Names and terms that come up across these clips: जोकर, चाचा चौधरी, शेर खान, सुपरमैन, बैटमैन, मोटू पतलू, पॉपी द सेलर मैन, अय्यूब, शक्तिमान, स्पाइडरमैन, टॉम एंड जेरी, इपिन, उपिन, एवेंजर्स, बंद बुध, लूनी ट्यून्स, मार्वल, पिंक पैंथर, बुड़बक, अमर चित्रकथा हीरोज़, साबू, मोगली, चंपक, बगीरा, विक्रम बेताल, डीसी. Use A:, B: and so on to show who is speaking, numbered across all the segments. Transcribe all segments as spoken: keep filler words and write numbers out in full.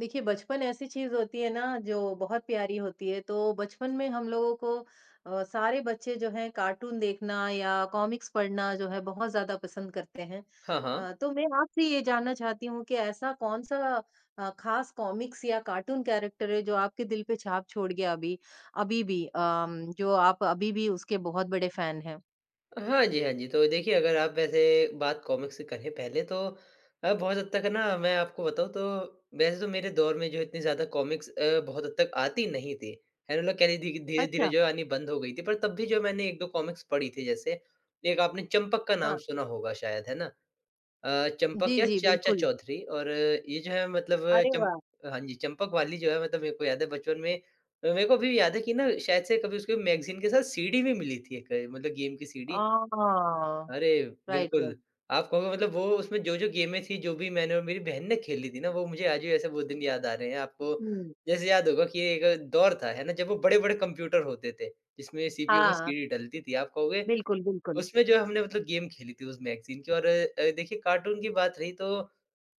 A: देखिए, बचपन ऐसी चीज होती है ना जो बहुत प्यारी होती है। तो बचपन में हम लोगों को अ, सारे बच्चे जो हैं कार्टून देखना या कॉमिक्स पढ़ना जो है बहुत ज्यादा पसंद करते हैं।
B: हाँ, हाँ।
A: अ, तो मैं आपसे ये जानना चाहती हूँ कि ऐसा कौन सा अ, खास कॉमिक्स या कार्टून कैरेक्टर है जो आपके दिल पे छाप छोड़ गया, अभी अभी भी, अम, जो आप अभी भी उसके बहुत बड़े फैन हैं।
B: हाँ जी, हाँ जी। तो देखिए अगर आप वैसे बात कॉमिक्स की करें पहले तो अ, बहुत हद तक ना मैं आपको बताऊँ तो वैसे तो मेरे दौर में जो इतनी ज़्यादा कॉमिक्स अ, बहुत हद तक आती नहीं थी। है ना? मतलब कह लीजिए धीरे-धीरे
A: अच्छा।
B: जो है आनी बंद हो गई थी। पर तब भी जो मैंने एक दो कॉमिक्स पढ़ी थी जैसे, एक आपने चंपक का नाम
A: हाँ
B: सुना होगा शायद, है ना? अ, चंपक
A: जी।
B: या
A: जी
B: चाचा
A: बिल्कुल।
B: चौधरी और ये जो है मतलब
A: अरे
B: चम
A: वाह।
B: हाँ जी, चंपक वाली जो है मतलब मेरे को याद है बचपन में। अ, मेरे को अभी याद है कि ना शायद से कभी उसको मैगज़ीन के साथ सीडी भी मिली थी एक, अ, मतलब गेम की
A: आ।
B: सीडी। अरे!
A: राइट
B: बिल्कुल,
A: राइट।
B: आप कहोगे मतलब वो उसमें जो-जो गेमें थी, जो भी मैंने और मेरी बहन ने खेली थी ना, वो मुझे आज भी ऐसे वो दिन याद आ रहे हैं। आपको
A: हम्म।
B: जैसे याद होगा कि एक दौर था, है ना? जब वो बड़े-बड़े कंप्यूटर होते थे, जिसमें सीपीयू में
A: हाँ
B: सीडी डलती थी। आप कहोगे
A: बिल्कुल बिल्कुल।
B: उसमें जो हमने मतलब गेम खेली थी उस मैगज़ीन की। और अ, देखिए कार्टून की बात रही तो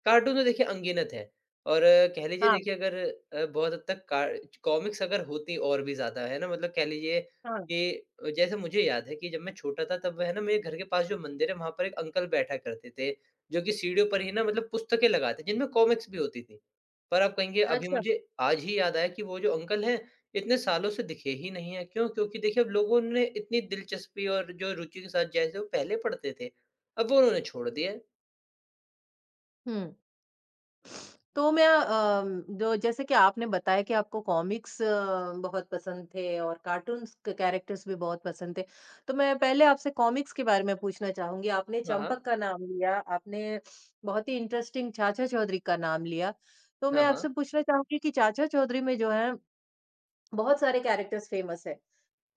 B: कार्टून तो देखिए अनगिनत है। और अ, कह लीजिए
A: हाँ,
B: देखिए अगर अ, बहुत हद तक का कॉमिक्स अगर होती और भी ज़्यादा, है ना? मतलब कह लीजिए
A: हाँ।
B: कि जैसे मुझे याद है कि जब मैं छोटा था तब है ना मेरे घर के पास जो मंदिर है वहाँ पर एक अंकल बैठा करते थे, जो कि सीढ़ियों पर ही ना मतलब पुस्तकें लगाते जिनमें कॉमिक्स भी होती थी। पर आप कहेंगे अभी
A: अच्छा।
B: मुझे आज ही याद आया कि वो जो अंकल हैं इतने सालों से दिखे ही नहीं हैं, क्यों? क्योंकि देखिए अब लोगों ने इतनी दिलचस्पी और जो रुचि के साथ जैसे वो पहले पढ़ते थे, अब वो उन्होंने छोड़ दिया है।
A: हुँ। तो मैं, अम, जो जैसे कि आपने बताया कि आपको कॉमिक्स अ, बहुत पसंद थे और कार्टून्स के कैरेक्टर्स भी बहुत पसंद थे। तो मैं पहले आपसे कॉमिक्स के बारे में पूछना चाहूँगी। आपने
B: हाँ, हाँ।
A: चंपक का नाम लिया, आपने बहुत ही इंटरेस्टिंग चाचा चौधरी का नाम लिया। तो
B: हाँ,
A: मैं
B: हाँ।
A: आपसे पूछना चाहूँगी कि चाचा चौधरी में जो है बहुत सारे कैरेक्टर्स फेमस हैं।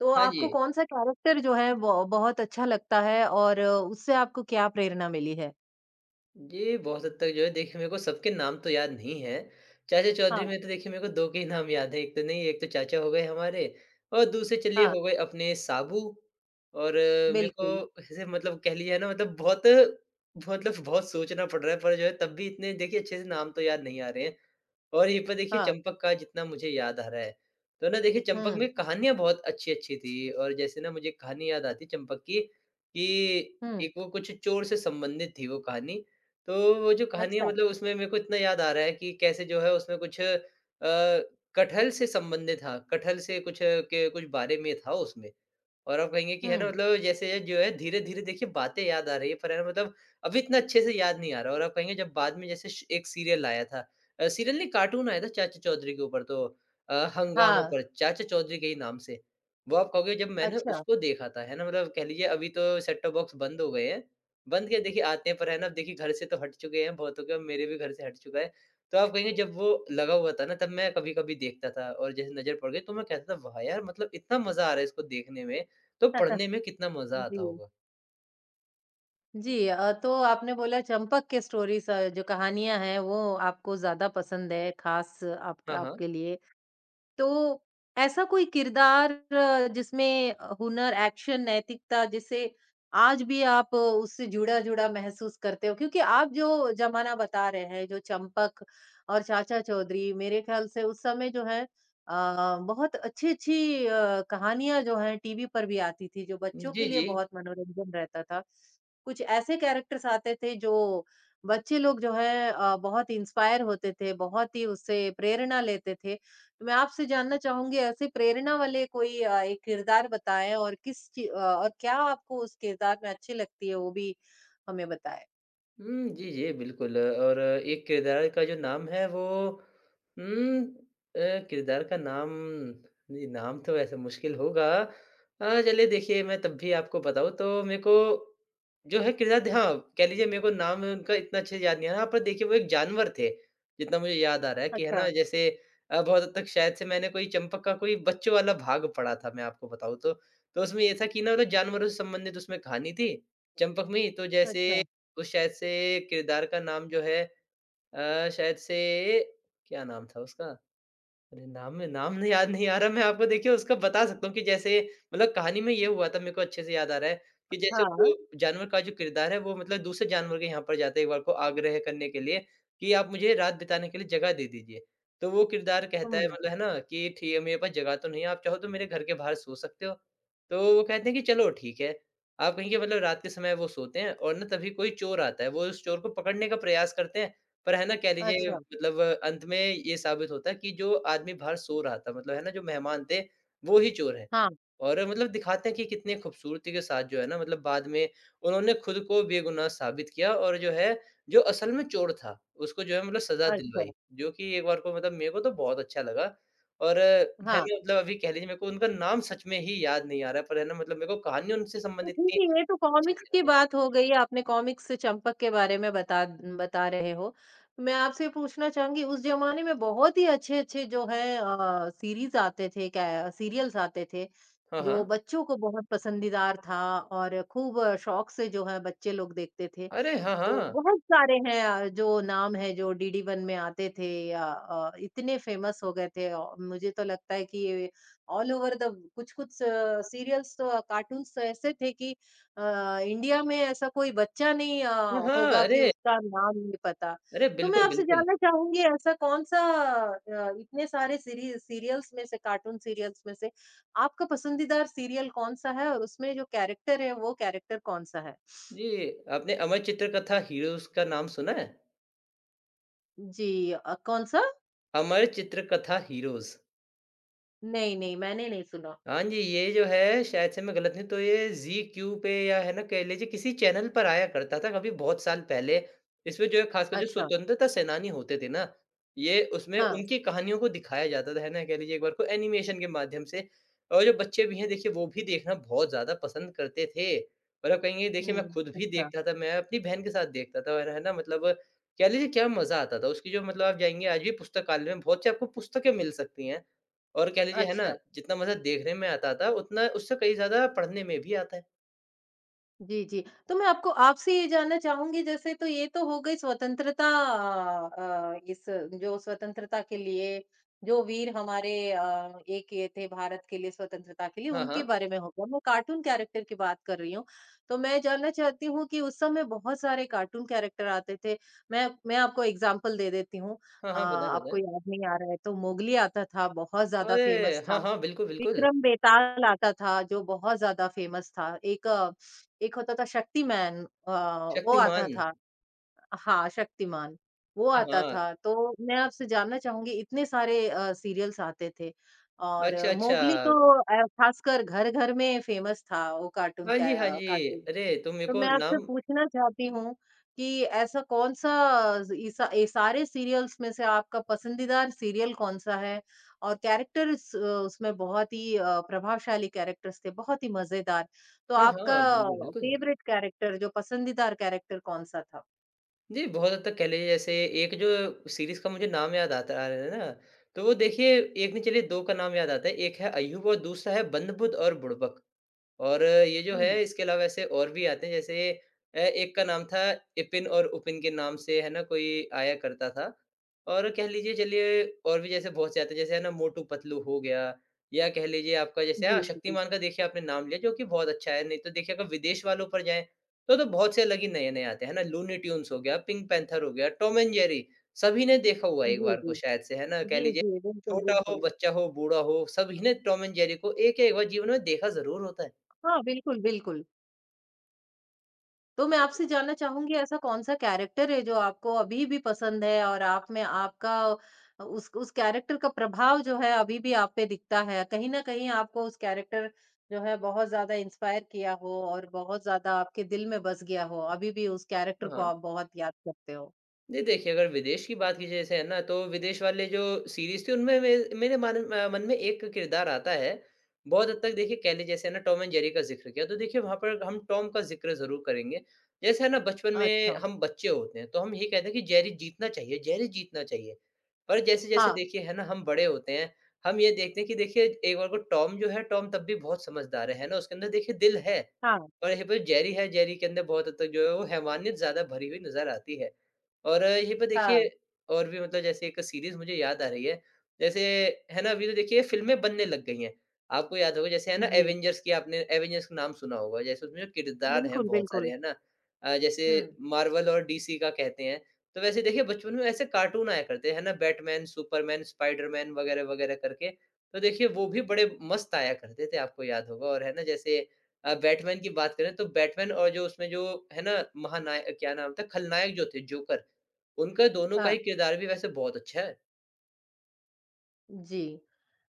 A: तो
B: हाँ जी।
A: आपको कौन-सा कैरेक्टर जो है ब बहुत अच्छा लगता है और अ, उससे आपको क्या प्रेरणा मिली है?
B: जी, बहुत हद तक जो है देखिए मेरे को सबके नाम तो याद नहीं है। चाचा
A: हाँ,
B: चौधरी में तो देखिए मेरे को दो के ही नाम याद है, एक तो नहीं एक तो चाचा हो गए हमारे और दूसरे चलिए
A: हाँ।
B: हो गए अपने साबू। और अ, मेरे
A: बिल्कुल,
B: को ऐसे मतलब कह लीजिए ना मतलब बहुत मतलब बहुत सोचना पड़ रहा है पर जो है तब भी इतने देखिए अच्छे से नाम तो याद नहीं आ रहे हैं। और ये पर देखिए
A: हाँ।
B: चंपक का जितना मुझे याद आ रहा है, तो ना देखिए चंपक
A: हुँ,
B: में कहानियाँ बहुत अच्छी-अच्छी थी और जैसे ना मुझे एक कहानी याद आती है चंपक की कि
A: हुँ,
B: एक वो कुछ चोर से संबंधित थी वो कहानी। तो वो जो कहानी है
A: अच्छा,
B: मतलब उसमें मेरे को इतना याद आ रहा है कि कैसे जो है उसमें कुछ अ, कटहल से संबंधित था, कटहल से कुछ अ, के कुछ बारे में था उसमें। और आप कहेंगे कि है ना
A: हुँ,
B: मतलब जैसे ये जो है धीरे-धीरे देखिए बातें याद आ रही है, पर है ना मतलब अभी इतना अच्छे से याद नहीं आ रहा। और आप कहेंगे जब बाद में जैसे श एक सीरियल आया था, अ, सीरियल नहीं कार्टून आया था चाचा चौधरी के ऊपर तो अ, हंगामा
A: हाँ,
B: पर चाचा चौधरी के ही नाम से। वो आप कहोगे जब मैंने
A: अच्छा।
B: उसको देखा था, है ना मतलब कह लीजिए अभी तो सेट टॉप बॉक्स बंद हो गए हैं। बंद क्या देखिए आते हैं पर है ना अब देखिए घर से तो हट चुके हैं बहुतों के, मेरे भी घर से हट चुका है। तो आप कहेंगे जब वो लगा हुआ था ना तब मैं कभी-कभी देखता था और जैसे नज़र पड़ गई तो मैं कहता था वाह यार! मतलब इतना मज़ा आ रहा है इसको देखने में। तो पढ़ने में कितना मज़ा आता
A: जी।
B: होगा?
A: जी अ, तो आपने बोला चंपक के स्टोरीज़, अ, जो कहानियाँ हैं, वो आपको ज़्यादा पसंद है, ख़ास आप
B: हाँ, हाँ।
A: आपके लिए। तो ऐसा कोई किरदार अ, जिसमें हुनर, एक्शन, नैतिकता जिसे आज भी आप उससे जुड़ा-जुड़ा महसूस करते हो? क्योंकि आप जो ज़माना बता रहे हैं, जो चंपक और चाचा चौधरी, मेरे ख़्याल से उस समय जो है अ, बहुत अच्छी-अच्छी अ, कहानियाँ जो हैं टीवी पर भी आती थी, जो बच्चों के
B: जी,
A: लिए
B: जी।
A: बहुत मनोरंजन रहता था। कुछ ऐसे कैरेक्टर्स आते थे जो बच्चे लोग जो है अ, बहुत इंस्पायर होते थे, बहुत ही उससे प्रेरणा लेते थे। मैं आपसे जानना चाहूँगी ऐसे प्रेरणा वाले कोई अ, एक किरदार बताएँ और किस ची अ, और क्या आपको उस किरदार में अच्छी लगती है, वो भी हमें बताएँ?
B: हुँ, जी, जी, बिल्कुल। और एक किरदार का जो नाम है वो उम, अ, किरदार का नाम नहीं, नाम तो वैसे मुश्किल होगा। अ, चलिए देखिए मैं तब भी आपको बताऊँ तो मेरे को जो है किरदार हाँ, कह लीजिए मेरे को नाम उनका इतना अच्छे से याद नहीं आ रहा, पर देखिए वो एक जानवर थे, जितना मुझे याद आ रहा है कि है
A: अच्छा,
B: ना जैसे अ, बहुत हद तक शायद से मैंने कोई चंपक का कोई बच्चों वाला भाग पढ़ा था मैं आपको बताऊँ तो। तो उसमें ये था कि ना मतलब जानवरों से संबंधित उसमें कहानी थी, चंपक में ही तो जैसे।
A: अच्छा।
B: तो शायद से किरदार का नाम जो है अ, शायद से क्या नाम था उसका? अरे! नाम में नाम नहीं याद नहीं आ रहा, मैं आपको देखिए उसका बता सकता हूँ कि जैसे मतलब कहानी में ये हुआ था, मेरे को अच्छे से याद आ रहा है कि जैसे
A: हाँ,
B: वो जानवर का जो किरदार है, वो मतलब दूसरे जानवर के यहाँ पर जाता है एक बार को आग्रह करने के लिए कि आप मुझे रात बिताने के लिए जगह दे दीजिए। तो वो किरदार कहता है
A: हुँ।
B: मतलब है ना कि ठीक है, मेरे पास जगह तो नहीं है, आप चाहो तो मेरे घर के बाहर सो सकते हो। तो वो कहते हैं कि चलो ठीक है। आप कहीं के मतलब रात के समय वो सोते हैं और ना तभी कोई चोर आता है, वो उस चोर को पकड़ने का प्रयास करते हैं पर है ना कह लीजिए
A: अच्छा,
B: मतलब अंत में ये साबित होता है कि जो आदमी बाहर सो रहा था मतलब है ना जो मेहमान थे वो ही चोर हैं।
A: हाँ।
B: और मतलब दिखाते हैं कि कितने खूबसूरती के साथ जो है ना मतलब बाद में उन्होंने खुद को बेगुनाह साबित किया और जो है जो असल में चोर था उसको जो है मतलब सज़ा
A: अच्छा।
B: दिलवाई। जो कि एक बार को मतलब मेरे को तो बहुत अच्छा लगा। और है
A: हाँ।
B: ना मतलब अभी कह लीजिए मेरे को उनका नाम सच में ही याद नहीं आ रहा है पर है ना मतलब मेरे को कहानी उनसे
A: तो
B: संबंधित
A: ठीक
B: इतनी
A: है, ये तो
B: अच्छे
A: कॉमिक्स
B: से
A: की
B: याद है।
A: बात हो गई, आपने कॉमिक्स से चंपक के बारे में बता बता रहे हो। मैं आपसे पूछना चाहूँगी उस ज़माने में बहुत ही अच्छे-अच्छे जो हैं अ, सीरीज़ आते थे, क्या सीरियल्स आते थे,
B: हाँ,
A: जो
B: हाँ।
A: बच्चों को बहुत पसंदीदार था और खूब अ, शौक से जो है बच्चे लोग देखते थे।
B: अरे! हाँ,
A: तो
B: हाँ।
A: बहुत सारे हैं अ, जो नाम है जो डीडी वन में आते थे या अ, इतने फेमस हो गए थे, औ मुझे तो लगता है कि ये ऑल ओवर द कुछ-कुछ सीरियल्स तो कार्टून्स तो ऐसे थे कि अ, इंडिया में ऐसा कोई बच्चा नहीं अ,
B: हाँ, हाँ।
A: होगा कि
B: अरे!
A: उसका नाम नहीं पता।
B: अरे
A: तो मैं
B: बिल्कुल,
A: आपसे
B: बिल्कुल।
A: जानना चाहूँगी ऐसा कौन-सा अ, इतने सारे सीरी सीरियल्स में से, कार्टून सीरियल्स में से आपका पसंदीदा सीरियल कौन-सा है और उसमें जो कैरेक्टर है वो कैरेक्टर कौन-सा है?
B: जी, आपने अमर चित्रकथा हीरोज़ का नाम सुना है?
A: जी अ, कौन-सा?
B: अमर चित्रकथा हीरोज़।
A: नहीं, नहीं, मैंने नहीं सुना।
B: हाँ जी, ये जो है शायद से मैं गलत नहीं तो ये ज़ी क्यू पे या है ना कह लीजिए किसी चैनल पर आया करता था कभी बहुत साल पहले। इसमें जो है ख़ासकर जो
A: अच्छा,
B: स्वतंत्रता सेनानी होते थे ना, ये उसमें
A: हाँ।
B: उनकी कहानियों को दिखाया जाता था, है ना? कह लीजिए एक बार को एनिमेशन के माध्यम से और जो बच्चे भी हैं देखिए वो भी देखना बहुत ज़्यादा पसंद करते थे। और आप कहेंगे देखिए मैं
A: हुँ,
B: खुद भी
A: अच्छा,
B: देखता था, मैं अपनी बहन के साथ देखता था और है ना मतलब कह लीजिए क्या मज़ा आता था। उसकी जो मतलब आप जाएँगे आज भी पुस्तकालय में बहुत सी आपको पुस्तकें मिल सकती हैं। और कह लीजिए है ना,
A: अच्छा।
B: जितना मज़ा देखने में आता था, उतना उससे कहीं ज़्यादा पढ़ने में भी आता है।
A: जी, जी। तो मैं आपको आपसे ये जानना चाहूँगी, जैसे तो ये तो हो गई स्वतंत्रता, अ, इस जो स्वतंत्रता के लिए जो वीर हमारे अ, एक ये थे, भारत के लिए स्वतंत्रता के लिए
B: हाँ,
A: उनके
B: हाँ।
A: बारे में हो गया। मैं कार्टून कैरेक्टर की बात कर रही हूँ। तो मैं जानना चाहती हूँ कि उस समय बहुत सारे कार्टून कैरेक्टर आते थे। मैं मैं आपको एग्ज़ाम्पल दे देती हूँ।
B: हाँ,
A: अ,
B: हाँ, बताएँ,
A: आपको
B: बताएँ।
A: याद नहीं आ रहा है तो मोगली आता था, बहुत ज़्यादा
B: अरे!
A: फ़ेमस
B: हाँ,
A: था।
B: हाँ, बिल्कुल, बिल्कुल।
A: विक्रम बेताल आता था, जो बहुत ज़्यादा फ़ेमस था। एक एक होता था शक्तिमान, अ, वो आता
B: शक्तिमान।
A: था। हाँ, शक्तिमान, वो
B: हाँ,
A: आता
B: हाँ।
A: था। तो मैं आपसे जानना चाहूँगी, इतने सारे अ, सीरियल्स आते थे और
B: अच्छा,
A: अ,
B: अच्छा।
A: मोगली तो अ, ख़ासकर घर-घर में फ़ेमस था, वो कार्टून
B: हाँ जी,
A: कै
B: हाँ
A: अ,
B: जी।
A: कार्टून।
B: अरे! तो मेरे
A: तो
B: को
A: मैं आपसे
B: नाम
A: पूछना चाहती हूँ कि ऐसा कौन-सा इसा ये सारे सीरियल्स में से आपका पसंदीदा सीरियल कौन-सा है? और कैरेक्टर्स, अ, उसमें बहुत ही अ, प्रभावशाली कैरेक्टर्स थे, बहुत ही मज़ेदार। तो
B: हाँ,
A: आपका
B: हाँ, बिल्कुल, बिल्कुल।
A: फ़ेवरेट कैरेक्टर, जो पसंदीदा कैरेक्टर कौन-सा था?
B: जी, बहुत हद तक कह लीजिए जैसे एक जो सीरीज़ का मुझे नाम याद आता आ रहा है ना, तो वो देखिए, एक नहीं चलिए दो का नाम याद आता है। एक है अय्यूब और दूसरा है बंद बुध और बुड़बक। और ये जो है
A: हुँ।
B: इसके अलावा ऐसे और भी आते हैं जैसे अ, एक का नाम था इपिन और उपिन के नाम से है ना कोई आया करता था। और कह लीजिए चलिए और भी जैसे बहुत से आते हैं जैसे है ना मोटू पतलू हो गया या कह लीजिए आपका जैसे
A: जी,
B: हाँ,
A: जी।
B: शक्तिमान का देखिए आपने नाम लिया जो कि बहुत अच्छा है। नहीं तो देखिए अगर विदेश वालों पर जाएँ तो, तो बहुत से अलग ही नए-नए आते हैं ना लूनी ट्यून्स हो गया, पिंक पैंथर हो गया, टॉम एंड जेरी सभी ने देखा हुआ है एक
A: जी,
B: बार
A: जी।
B: को शायद से है ना कह
A: जी,
B: लीजिए
A: जी। बिल्कुल,
B: छोटा हो,
A: बिल्कुल।
B: बच्चा हो, बूढ़ा हो सभी ने टॉम एंड जेरी को एक या एक बार जीवन में देखा ज़रूर होता है।
A: हाँ, बिल्कुल, बिल्कुल। तो मैं आपसे जानना चाहूँगी ऐसा कौन-सा कैरेक्टर है जो आपको अभी भी पसंद है और आप में आपका, अ, उस उस कैरेक्टर का प्रभाव जो है अभी भी आप पे दिखता है? कहीं न कहीं आपको उस कैरेक्टर जो है बहुत ज़्यादा इंस्पायर किया हो और बहुत ज़्यादा आपके दिल में बस गया हो, अभी भी उस कैरेक्टर को
B: हाँ।
A: आप बहुत याद करते हो?
B: नहीं देखिए, अगर विदेश की बात की जैसे है ना, तो विदेश वाले जो सीरीज़ थी उनमें मे मेरे मन अ, मन में एक किरदार आता है। बहुत हद तक देखिए कह लीजिए जैसे है ना टॉम एंड जेरी का ज़िक्र किया, तो देखिए वहाँ पर हम टॉम का ज़िक्र ज़रूर करेंगे। जैसे है ना बचपन में
A: अच्छा।
B: हम बच्चे होते हैं, तो हम ये कहते हैं कि जेरी जीतना चाहिए, जेरी जीतना चाहिए। पर जैसे-जैसे
A: हाँ,
B: देखिए है ना हम बड़े होते हैं, हम ये देखते हैं कि देखिए एक बार को टॉम जो है, टॉम तब भी बहुत समझदार है, है ना? उसके अंदर देखिए दिल है।
A: हाँ,
B: और यहीं पर जेरी है, जेरी के अंदर बहुत हद तक जो है वो हैवानियत ज़्यादा भरी हुई नज़र आती है। और यहीं पे देखिए
A: हाँ।
B: और भी मतलब जैसे एक सीरीज़ मुझे याद आ रही है। जैसे है ना अभी तो देखिए फ़िल्में बनने लग गई हैं। आपको याद होगा जैसे है ना
A: जी।
B: एवेंजर्स की आपने एवेंजर्स का नाम सुना होगा। जैसे उसमें जो किरदार हैं
A: बिल्कुल,
B: बहुत सारे
A: बिल्कुल।
B: है ना? अ, जैसे
A: हुँ,
B: मार्वल और डीसी का कहते हैं। तो वैसे देखिए बचपन में ऐसे कार्टून आया करते हैं ना बैटमैन, सुपरमैन, स्पाइडरमैन वगैरह-वगैरह करके। तो देखिए वो भी बड़े मस्त आया करते थे आपको याद होगा और है ना जैसे अ, बैटमैन की बात करें तो बैटमैन और जो उसमें जो है ना महानाय क्या नाम था खलनायक जो थे जोकर उनका दोनों का
A: हाँ।
B: ही किरदार भी वैसे बहुत अच्छा है।
A: जी।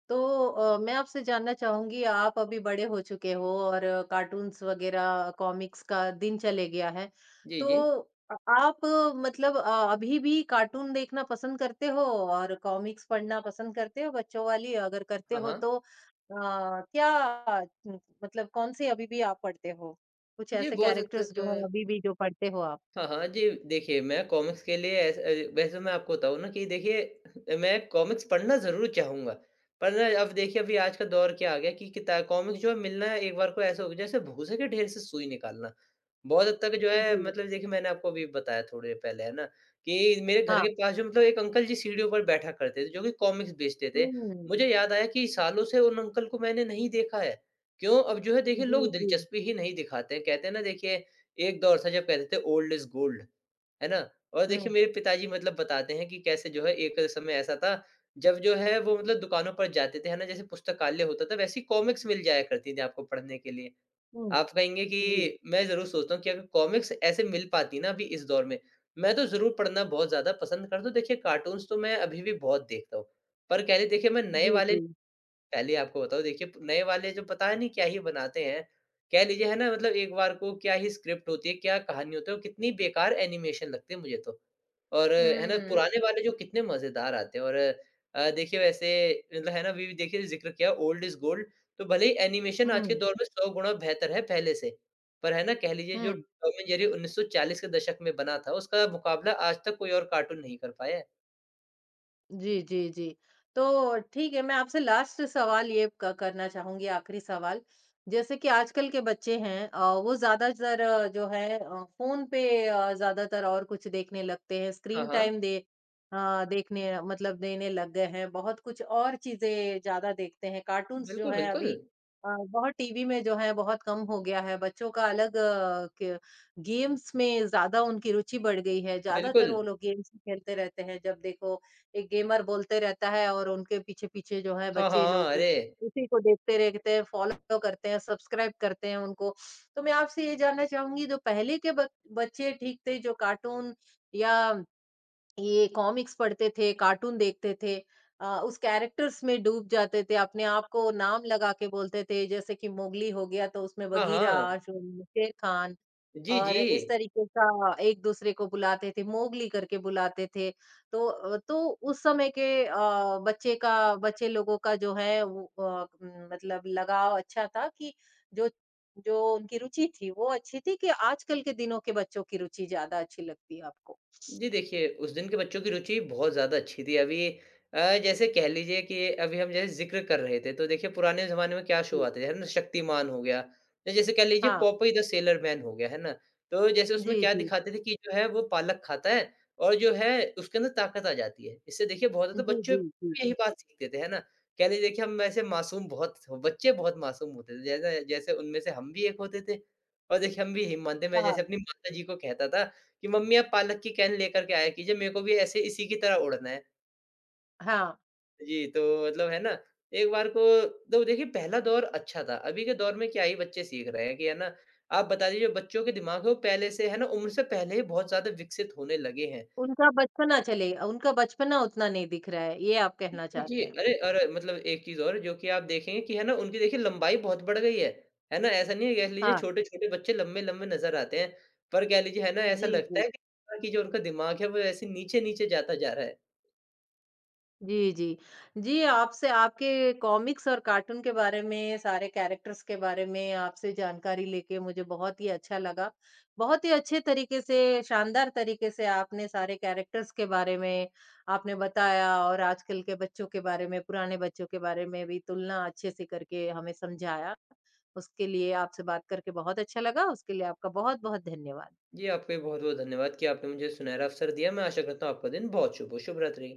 A: तो अ, मैं आपसे जानना चाहूँगी, आप अभी बड़े हो चुके हो और अ, कार्टून्स वग़ैरह कॉमिक्स का दिन चले गया है।
B: जी,
A: तो
B: जी।
A: अ, आप अ, मतलब अ, अभी भी कार्टून देखना पसंद करते हो और कॉमिक्स पढ़ना पसंद करते हो बच्चों वाली? अगर करते
B: हाँ,
A: हो
B: हाँ।
A: तो अ, क्या उम, मतलब कौन-से अभी भी आप पढ़ते हो? कुछ
B: जी,
A: ऐसे
B: बहुत हद
A: कैरेक्टर्स
B: तक
A: जो हैं अभी भी जो पढ़ते हो आप?
B: हाँ, हाँ। जी, देखिए मैं कॉमिक्स के लिए ऐस अ, वैसे मैं आपको बताऊँ ना कि देखिए मैं कॉमिक्स पढ़ना ज़रूर चाहूँगा। पर ना अब देखिए अभी आज का दौर क्या आ गया कि किता कॉमिक्स जो है मिलना एक बार को ऐसा हो गया जैसे भूसे के ढेर से सुई निकालना। बहुत हद तक जो है
A: जी,
B: मतलब देखिए मैंने आपको अभी बताया थोड़ी देर पहले है ना, कि मेरे घर के
A: हाँ।
B: पास जो मतलब एक अंकल जी सीढ़ियों पर बैठा करते थे जो कि कॉमिक्स बेचते थे।
A: हुँ।
B: मुझे याद आया कि सालों से उन अंकल को मैंने नहीं देखा है। क्यों? अब जो है देखिए
A: जी,
B: लोग
A: जी।
B: दिलचस्पी ही नहीं दिखाते हैं। कहते हैं ना देखिए एक दौर था जब कहते थे ओल्ड इज़ गोल्ड, है ना? और देखिए
A: हुँ,
B: मेरे पिताजी मतलब बताते हैं कि कैसे जो है एक समय ऐसा था जब जो है वो मतलब दुकानों पर जाते थे, है ना? जैसे पुस्तकालय होता था वैसी कॉमिक्स मिल जाया करती थी आपको पढ़ने के लिए।
A: हुँ।
B: आप कहेंगे
A: जी,
B: कि मैं ज़रूर सोचता हूँ कि अगर कॉमिक्स ऐसे मिल पाती ना अभी इस दौर में, मैं तो ज़रूर पढ़ना बहुत ज़्यादा पसंद करता हूँ। देखिए कार्टून्स तो मैं अभी भी बहुत देखता हूँ। पर कह लें देखिए मैं नए
A: जी,
B: वाले
A: जी।
B: पहले आपको बताऊँ देखिए प नए वाले जो पता नहीं क्या ही बनाते हैं। कह लीजिए है ना मतलब एक बार को क्या ही स्क्रिप्ट होती है, क्या कहानी होती है और कितनी बेकार एनिमेशन लगते हैं मुझे तो। और है
A: हुँ,
B: ना
A: हुँ।
B: पुराने वाले जो कितने मज़ेदार आते हैं और अ, देखिए वैसे मतलब है ना अभी भी देखिए ज़िक्र किया ओल्ड इज़ गोल्ड तो भले ही एनिमेशन आज के
A: हुँ।
B: दौर में सौ गुना बेहतर है पहले से। पर है ना कह लीजिए जो
A: हुँ।
B: टॉम एंड जेरी उन्नीस सौ चालीस के दशक में बना था उसका मुकाबला आज तक कोई और कार्टून नहीं कर पाया है।
A: जी, जी, जी। तो ठीक है, मैं आपसे लास्ट सवाल ये क करना चाहूँगी, आखिरी सवाल। जैसे कि आजकल के बच्चे हैं, अ, वो ज़्यादातर जो है अ, फ़ोन पे अ, ज़्यादातर और कुछ देखने लगते हैं,
B: हाँ,
A: स्क्रीन
B: हाँ।
A: टाइम दे, अ, देखने मतलब देने लग गए हैं, बहुत कुछ और चीज़ें ज़्यादा देखते हैं। कार्टून्स जो
B: बिल्कुल,
A: है
B: बिल्कुल।
A: अभी अ, बहुत टीवी में जो है बहुत कम हो गया है, बच्चों का अलग अ, क गेम्स में ज़्यादा उनकी रुचि बढ़ गई है, ज़्यादातर
B: बिल्कुल।
A: वो लोग गेम्स ही खेलते रहते हैं, जब देखो एक गेमर बोलते रहता है और उनके पीछे-पीछे जो है
B: हाँ,
A: बच्चे
B: हाँ।
A: लोग
B: अरे!
A: उसी को देखते रहते हैं, फ़ॉलो करते हैं, सब्सक्राइब करते हैं उनको। तो मैं आपसे ये जानना चाहूँगी, जो पहले के ब बच्चे ठीक थे जो कार्टून या ये कॉमिक्स पढ़ते थे, कार्टून देखते थे, अ, उस कैरेक्टर्स में डूब जाते थे, अपने आप को नाम लगा के बोलते थे, जैसे कि मोगली हो गया तो उसमें
B: हाँ,
A: बगीरा,
B: हाँ।
A: शु शेर खान
B: जी,
A: और
B: जी।
A: इस तरीके का एक-दूसरे को बुलाते थे, मोगली करके बुलाते थे। तो अ, तो उस समय के अ, बच्चे का बच्चे लोगों का जो है वो अ, म, मतलब लगाव अच्छा था, कि जो जो उनकी रुचि थी, वो अच्छी थी, कि आजकल के दिनों के बच्चों की रुचि ज़्यादा अच्छी लगती है आपको।
B: जी देखिए, उस दिन के बच्चों की रुचि बहुत ज़्यादा अच्छी थी। अभी अ, जैसे कह लीजिए कि अभी हम जैसे ज़िक्र कर रहे थे, तो देखिए पुराने ज़माने में क्या शो
A: जी।
B: आते थे, है ना? शक्तिमान हो गया, या जैसे कह लीजिए
A: हाँ।
B: पॉपी द सेलर मैन हो गया, है ना? तो जैसे उसमें
A: जी,
B: क्या
A: जी।
B: दिखाते थे कि जो है वो पालक खाता है और जो है उसके अंदर ताकत आ जाती है। इससे देखिए बहुत
A: जी,
B: ज़्यादा बच्चे
A: जी, जी।
B: भी यही बात सीखते थे, है ना? कह लीजिए देखिए हम ऐसे मासूम बहुत बच्चे बहुत मासूम होते थे, जैसे जैसे उनमें से हम भी एक होते थे और देखिए हम भी यही मानते मैं
A: हाँ,
B: जैसे अपनी माताजी को कहता था कि मम्मी आप पालक की कैन लेकर के आया कीजिए, मेरे को भी ऐसे इसी की तरह उड़ना है।
A: हाँ।
B: जी, तो मतलब है ना, एक बार को तो देखिए पहला दौर अच्छा था, अभी के दौर में क्या ही बच्चे सीख रहे हैं कि है ना, आप बता दीजिए बच्चों के दिमाग है वो पहले से है ना, उम्र से पहले ही बहुत ज़्यादा विकसित होने लगे हैं।
A: उनका बचपना चले उनका बचपना उतना नहीं दिख रहा है, ये आप कहना
B: जी, जी,
A: चाहते हैं।
B: अरे और मतलब एक चीज़ और जो कि आप देखेंगे कि है ना, उनकी देखिए लंबाई बहुत बढ़ गई है, है ना? ऐसा नहीं है कह लीजिए
A: हाँ।
B: छोटे-छोटे बच्चे लंबे-लंबे नज़र आते हैं, पर कह लीजिए है ना, ऐसा
A: जी,
B: लगता
A: जी।
B: है कि कि जो उनका दिमाग है वो ऐसे नीचे-नीचे जाता जा रहा है।
A: जी, जी। जी, आपसे आपके कॉमिक्स और कार्टून के बारे में, सारे कैरेक्टर्स के बारे में आपसे जानकारी लेके मुझे बहुत ही अच्छा लगा। बहुत ही अच्छे तरीके से, शानदार तरीके से आपने सारे कैरेक्टर्स के बारे में आपने बताया और आजकल के बच्चों के बारे में, पुराने बच्चों के बारे में भी तुलना अच्छे से करके हमें समझाया। उसके लिए आपसे बात करके बहुत अच्छा लगा, उसके लिए आपका बहुत-बहुत धन्यवाद।
B: जी, आपका भी बहुत-बहुत धन्यवाद कि आपने मुझे सुनहरा अवसर दिया। मैं आशा करता हूँ आपका दिन बहुत शुभ हो। शुभ रात्रि।